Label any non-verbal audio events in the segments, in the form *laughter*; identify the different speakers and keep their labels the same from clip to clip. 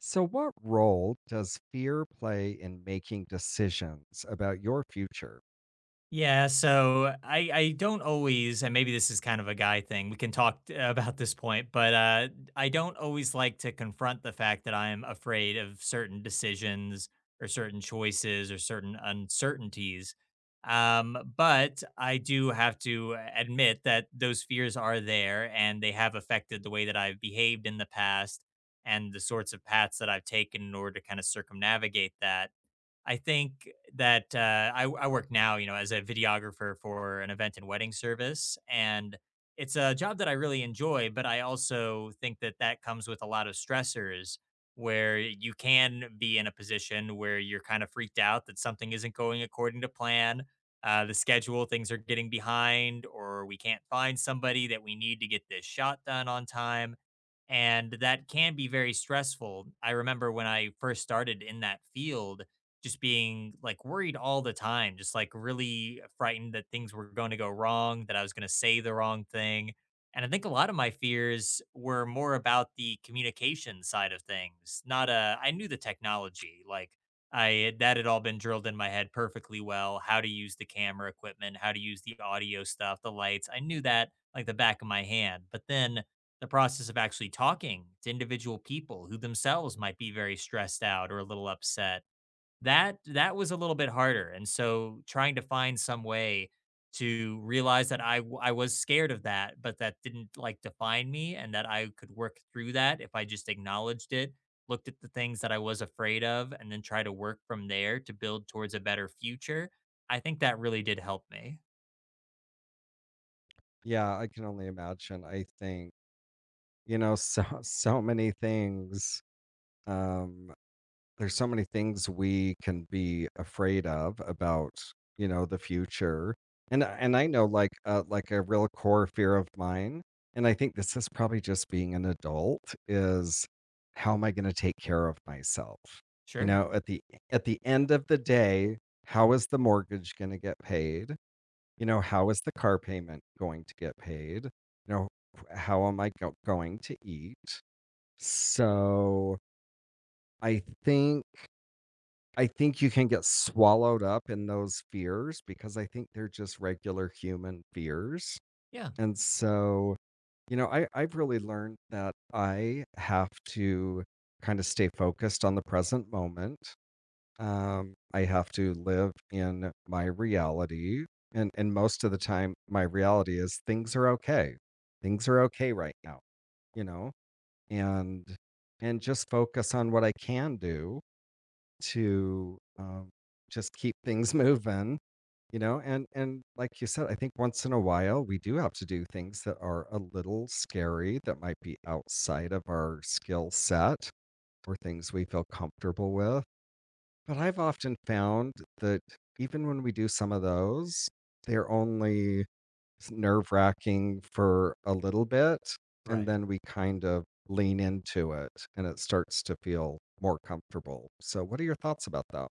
Speaker 1: So, what role does fear play in making decisions about your future?
Speaker 2: Yeah, so I don't always, and maybe this is kind of a guy thing. We can about this point, but I don't always like to confront the fact that I'm afraid of certain decisions or certain choices or certain uncertainties. But I do have to admit that those fears are there, and they have affected the way that I've behaved in the past and the sorts of paths that I've taken in order to kind of circumnavigate that. I think that I work now, you know, as a videographer for an event and wedding service, and it's a job that I really enjoy. But I also think that that comes with a lot of stressors, where you can be in a position where you're kind of freaked out that something isn't going according to plan, the schedule, things are getting behind, or we can't find somebody that we need to get this shot done on time and that can be very stressful. I remember when I first started in that field, just being like worried all the time, just like really frightened that things were going to go wrong, that I was going to say the wrong thing. And I think a lot of my fears were more about the communication side of things. Not a, I knew the technology, like that had all been drilled in my head perfectly well. How to use the camera equipment, how to use the audio stuff, the lights. I knew that like the back of my hand. But then the process of actually talking to individual people who themselves might be very stressed out or a little upset. That was a little bit harder, and so trying to find some way to realize that I was scared of that, but that didn't like define me, and that I could work through that if I just acknowledged it, looked at the things that I was afraid of, and then try to work from there to build towards a better future. I think that really did help me.
Speaker 1: Yeah, I can only imagine. I think, *laughs* so many things. Um, there's so many things we can be afraid of about the future, and I know like a real core fear of mine, and I think this is probably just being an adult is, how am I going to take care of myself, you
Speaker 2: Sure.
Speaker 1: know? At the at the end of the day, how is the mortgage going to get paid? You know, how is the car payment going to get paid? You know, how am I go- going to eat? So i think I think you can get swallowed up in those fears because I think they're just regular human fears.
Speaker 2: Yeah.
Speaker 1: And so, you know, I've really learned that I have to kind of stay focused on the present moment. I have to live in my reality. And most of the time, my reality is things are okay. Things are okay right now, you know, and and just focus on what I can do to, just keep things *laughs* moving, you know. And like you said, I think once in a while, we do have to do things that are a little scary, that might be outside of our skill set or things we feel comfortable with, but I've often found that even when we do some of those, they're only nerve-wracking for a little bit, and
Speaker 2: Right.
Speaker 1: then we kind of lean into it, and it starts to feel more comfortable. So what are your thoughts about that?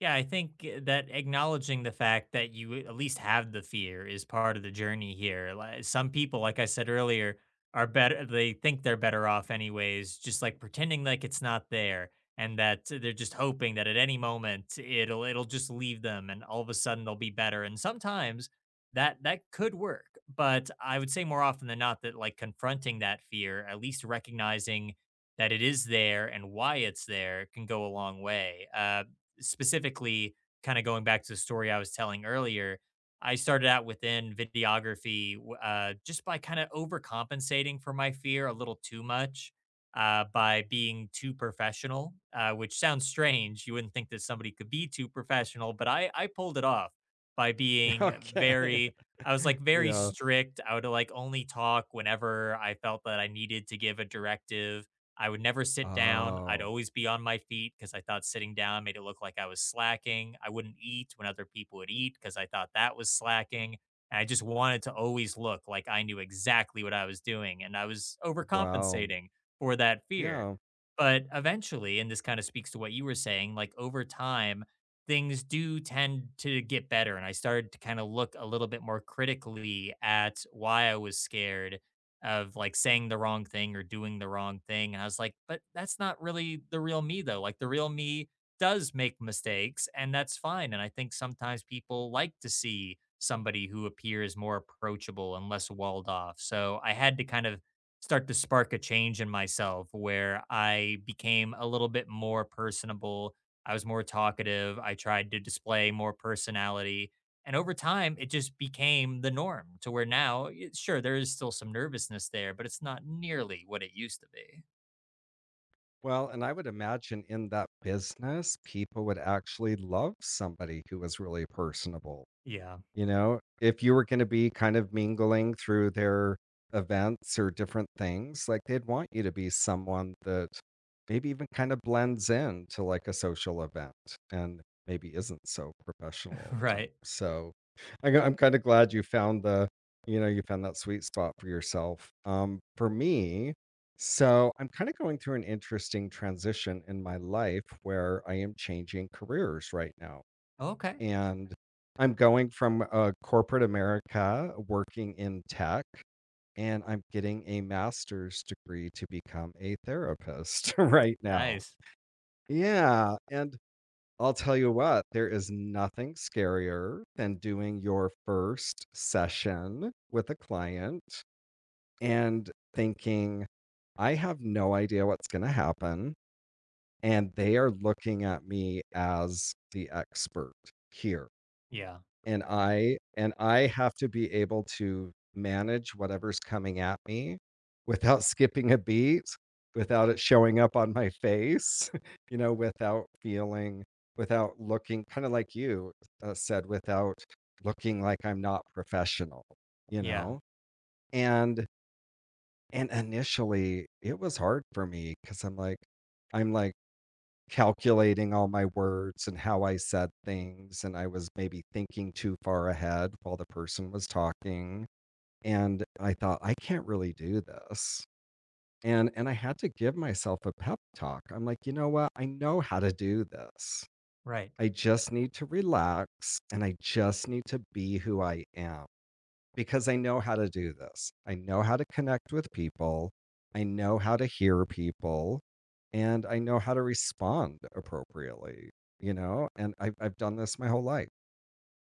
Speaker 2: Yeah, I think that acknowledging the fact that you at least have the fear is part of the journey here. Like some people, like I said earlier, are better they think they're better off anyways, just like pretending like it's not there and that they're just hoping that at any moment it'll just leave them and all of a sudden they'll be better. And sometimes that could work, but I would say more often than not that like confronting that fear, at least recognizing that it is there and why it's there can go a long way. Specifically kind of going back to the story I was telling earlier, I started out within videography, just by kind of overcompensating for my fear a little too much by being too professional, which sounds strange. You wouldn't think that somebody could be too professional, but I pulled it off by being
Speaker 1: Okay.
Speaker 2: very. I was like
Speaker 1: *laughs*
Speaker 2: very
Speaker 1: Yeah.
Speaker 2: strict. I would like only talk whenever I felt that I needed to give a directive. I would never sit down. I'd
Speaker 1: Oh,
Speaker 2: always be on my feet because I thought sitting down made it look like I was slacking. I wouldn't eat when other people would eat because I thought that was slacking. And I just wanted to always look like I knew exactly what I was doing. And I was
Speaker 1: wow.
Speaker 2: overcompensating for that fear.
Speaker 1: Yeah.
Speaker 2: But eventually, and this kind of speaks to what you were saying, like over time, things do tend to get better. And I started to kind of look a little bit more critically at why I was scared of like saying the wrong thing or doing the wrong thing. And I was like, but that's not really the real me though. Like the real me does make mistakes and that's fine. And I think sometimes people like to see somebody who appears more approachable and less walled off. So I had to kind of start to spark a change in myself where I became a little bit more personable. I was more talkative. I tried to display more personality and over time, it just became the norm to where now, sure, there is still some nervousness there, but it's not nearly what it used to be.
Speaker 1: Well, and I would imagine in that business, people would actually love somebody who was really personable.
Speaker 2: Yeah.
Speaker 1: You know, if you were gonna be kind of mingling through their events or different things, like, they'd want you to be someone that maybe even kind of blends in to, like, a social event and maybe isn't so professional
Speaker 2: *laughs*
Speaker 1: all the time.
Speaker 2: Right.
Speaker 1: So, I'm kinda glad you found the you found that sweet spot for yourself. For me, I'm kinda going through an interesting transition in my life where I am changing careers right now,
Speaker 2: Okay.
Speaker 1: and I'm going from corporate America working in tech, and I'm getting a master's degree to become a therapist *laughs* right now.
Speaker 2: Nice.
Speaker 1: Yeah. And I'll tell you what, there is nothing scarier than doing your first session with a client and thinking, I have no idea what's going to happen. And they are looking at me as the expert here,
Speaker 2: Yeah.
Speaker 1: and I have to be able to manage whatever's coming at me without *laughs* skipping a beat, without it showing up on my face, *laughs* you know, without feeling, without looking kind of like you said, without looking like I'm not professional, you
Speaker 2: Yeah.
Speaker 1: know? And and initially it was hard for me because I'm like, calculating all my words and how I said things, and I was maybe thinking too far ahead while the person was talking. And I thought, I can't really do this. And I had to give myself a pep talk. I'm like, you know what? I know how to do this.
Speaker 2: Right.
Speaker 1: I just need to relax and I just need to be who I am because I know how to do this. I know how to connect with people. I know how to hear people and I know how to respond appropriately, you know? And I've done this my whole life.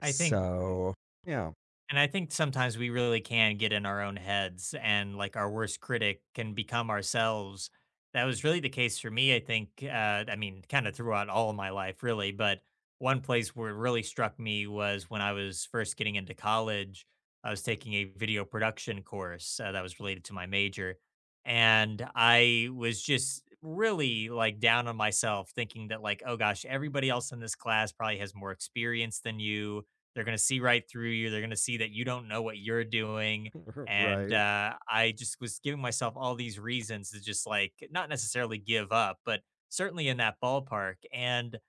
Speaker 2: I think
Speaker 1: So, yeah,
Speaker 2: And I think sometimes we really can get in our own heads and like our worst critic can become ourselves. That was really the case for me, I think. I mean, kind of throughout all of my life, really. But one place where it really struck me was when I was first getting into college. I was taking a video production course that was related to my major. And I was just really like down on myself, thinking that, like, oh gosh, everybody else in this class probably has more experience than you. They're going to see right through you. They're going to see that you don't know what you're doing.
Speaker 1: *laughs*
Speaker 2: And
Speaker 1: right.
Speaker 2: I just was giving myself all these reasons to just like not necessarily give up, but certainly in that ballpark. And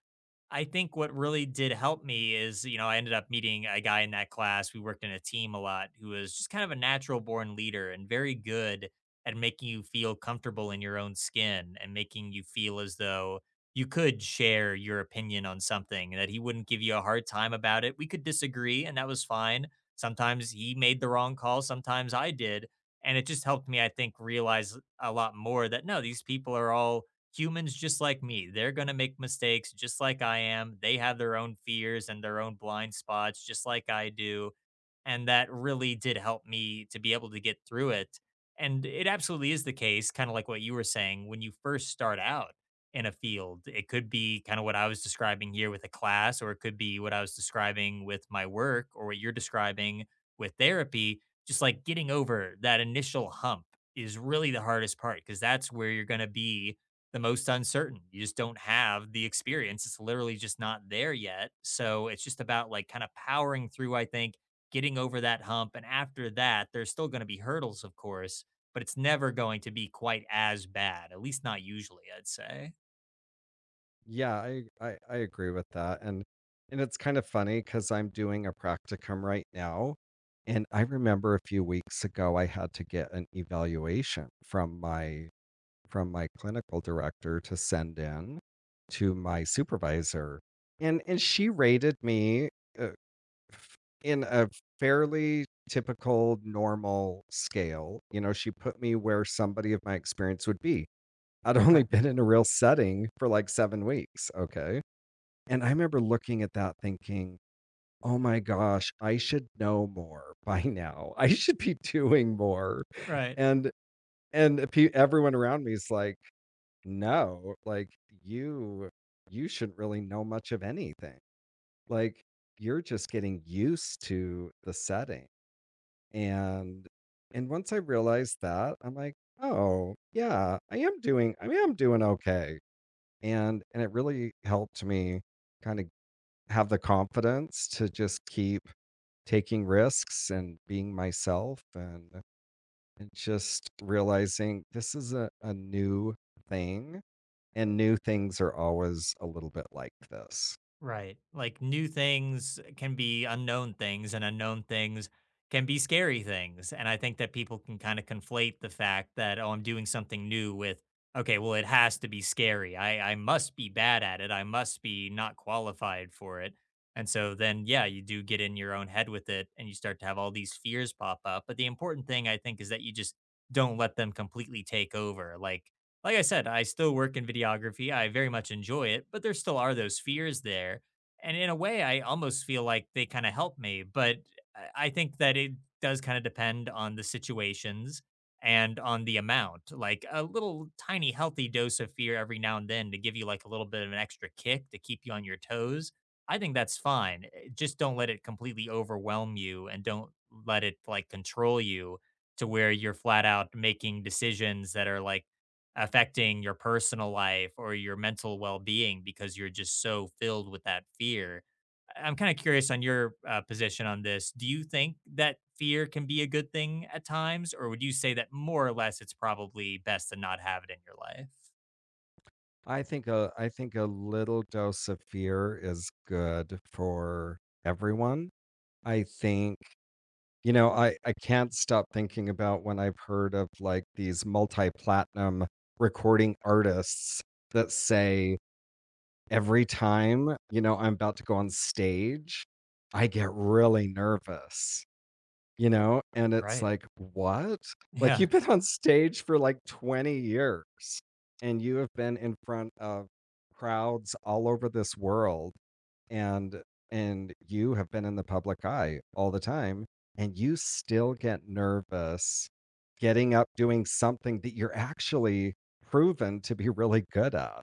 Speaker 2: I think what really did help me is, you know, I ended up meeting a guy in that class. We worked in a team a lot who was just kind of a natural born leader and very good at making you feel comfortable in your own skin and making you feel as though you could share your opinion on something, that he wouldn't give you a hard time about it. We could disagree, and that was fine. Sometimes he made the wrong call, sometimes I did. And it just helped me, I think, realize a lot more that no, these people are all humans just like me. They're going to make mistakes just like I am. They have their own fears and their own blind spots just like I do and that really did help me to be able to get through it. And it absolutely is the case, kind of like what you were saying, when you first start out in a field, it could be kind of what I was describing here with a class, or it could be what I was describing with my work, or what you're describing with therapy. Just like getting over that initial hump is really the hardest part because that's where you're going to be the most uncertain. You just don't have the experience. It's literally just not there yet. So it's just about like kind of powering through, I think, getting over that hump. And after that, there's still going to be hurdles, of course, but it's never going to be quite as bad, at least not usually, I'd say.
Speaker 1: Yeah, I agree with that. And it's kind of funny because I'm doing a practicum right now. And I remember a few weeks ago, I had to get an evaluation from my clinical director to send in to my supervisor. And she rated me uh, f- in a fairly typical normal scale. You know, she put me where somebody of my experience would be. I'd *laughs* only
Speaker 2: Okay.
Speaker 1: been in a real setting for like 7 weeks, okay? And I remember looking at that thinking, "Oh my gosh, I should know more *laughs* by now. I should be doing more."
Speaker 2: Right.
Speaker 1: And and if everyone around me is like, no, like, you you shouldn't really know much of anything. Like, you're just getting used to the setting, and and once I realized that, I'm like, "Oh, yeah, I am doing okay," and it really helped me kinda have the confidence to just keep taking risks and being myself and just realizing this is a new thing, and new things are always a little bit like this.
Speaker 2: Right. Like new things can be unknown things, and unknown things can be scary things. And I think that people can kind of conflate the fact that, oh, I'm doing something new with, okay, well, it has to be scary. I must be bad at it. I must be not qualified for it. And so then, yeah, you do get in your own head with it and you start to have all these fears pop up. But the important thing, I think, is that you just don't let them completely take over. Like I said, I still work in videography. I very much enjoy it, but there still are those fears there. And in a way, I almost feel like they kind of help me. But I think that it does kind of depend on the situations and on the amount. Like a little tiny healthy dose of fear every now and then to give you like a little bit of an extra kick to keep you on your toes. I think that's fine. Just don't let it completely overwhelm you and don't let it like control you to where you're flat out making decisions that are like, affecting your personal life or your mental well-being because you're just so filled with that fear. I'm kind of curious on your position on this. Do you think that fear can be a good thing at times, or would you say that more or less it's probably best to not have it in your life?
Speaker 1: I think a little dose of fear is good for everyone. I think, you know, I can't stop thinking about when I've heard of like these multi-platinum recording artists that say every time, you know, I'm about to go on stage, I get really nervous. You know, and it's
Speaker 2: Right.
Speaker 1: like, "What?" Like,
Speaker 2: Yeah.
Speaker 1: you've been on stage for, like, 20 years, and you have been in front of crowds all over this world, and and you have been in the public eye all the time, and you still get nervous getting up doing something that you're actually proven to be really good at,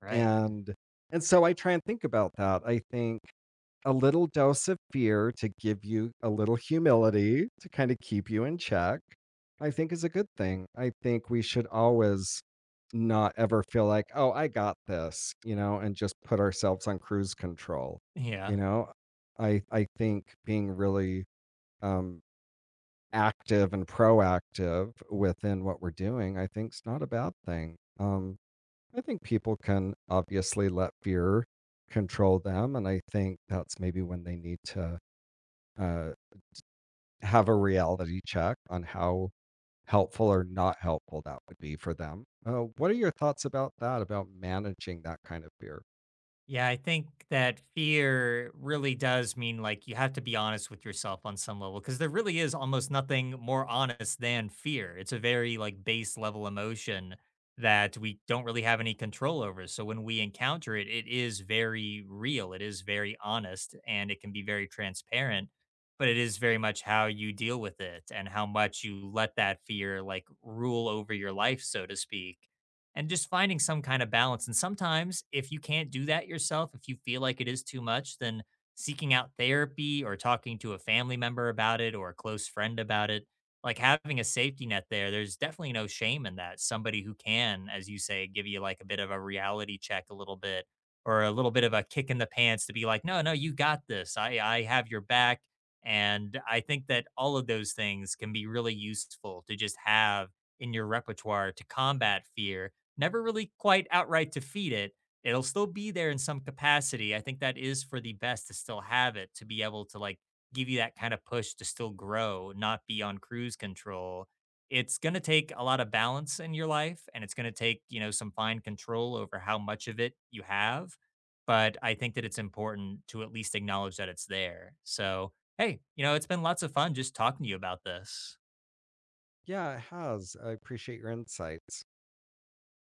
Speaker 2: Right.
Speaker 1: and and so I try and think about that. I think a little dose of fear to give you a little humility to kind of keep you in check, I think is a good thing. I think we should always not ever feel like, oh, I got this, you know, and just put ourselves on cruise control. You
Speaker 2: Yeah.
Speaker 1: know, I think being really um, active and proactive within what we're doing, I think is not a bad thing. I think people can obviously let fear control them, and I think that's maybe when they need to uh, have a reality check on how helpful or not helpful that would be for them. What are your thoughts about that, about managing that kind of fear?
Speaker 2: Yeah, I think that fear really does mean like you have to be honest with yourself on some level because there really is almost nothing more honest than fear. It's a very like base level emotion that we don't really have any control over. So when we encounter it, it is very real, it is very honest, and it can be very transparent. But it is very much how you deal with it and how much you let that fear like rule over your life, so to speak and just finding some kind of balance. And sometimes, if you can't do that yourself, if you feel like it is too much, then seeking out therapy or talking to a family member about it or a close friend about it, like having a safety net there, there's definitely no shame in that. Somebody who can, as you say, give you like a bit of a reality check a little bit or a little bit of a kick in the pants to be like, no, no, you got this. I have your back. And I think that all of those things can be really useful to just have in your repertoire to combat fear never really quite outright defeat it. It'll still be there in some capacity. I think that is for the best to still have it, to be able to like give you that kind of push to still grow, not be on cruise control. It's going to take a lot of balance in your life and it's going to take, you know, some fine control over how much of it you have. But I think that it's important to at least acknowledge that it's there. So, hey, you know, it's been lots of fun just talking to you about this.
Speaker 1: Yeah, it has. I appreciate your insights.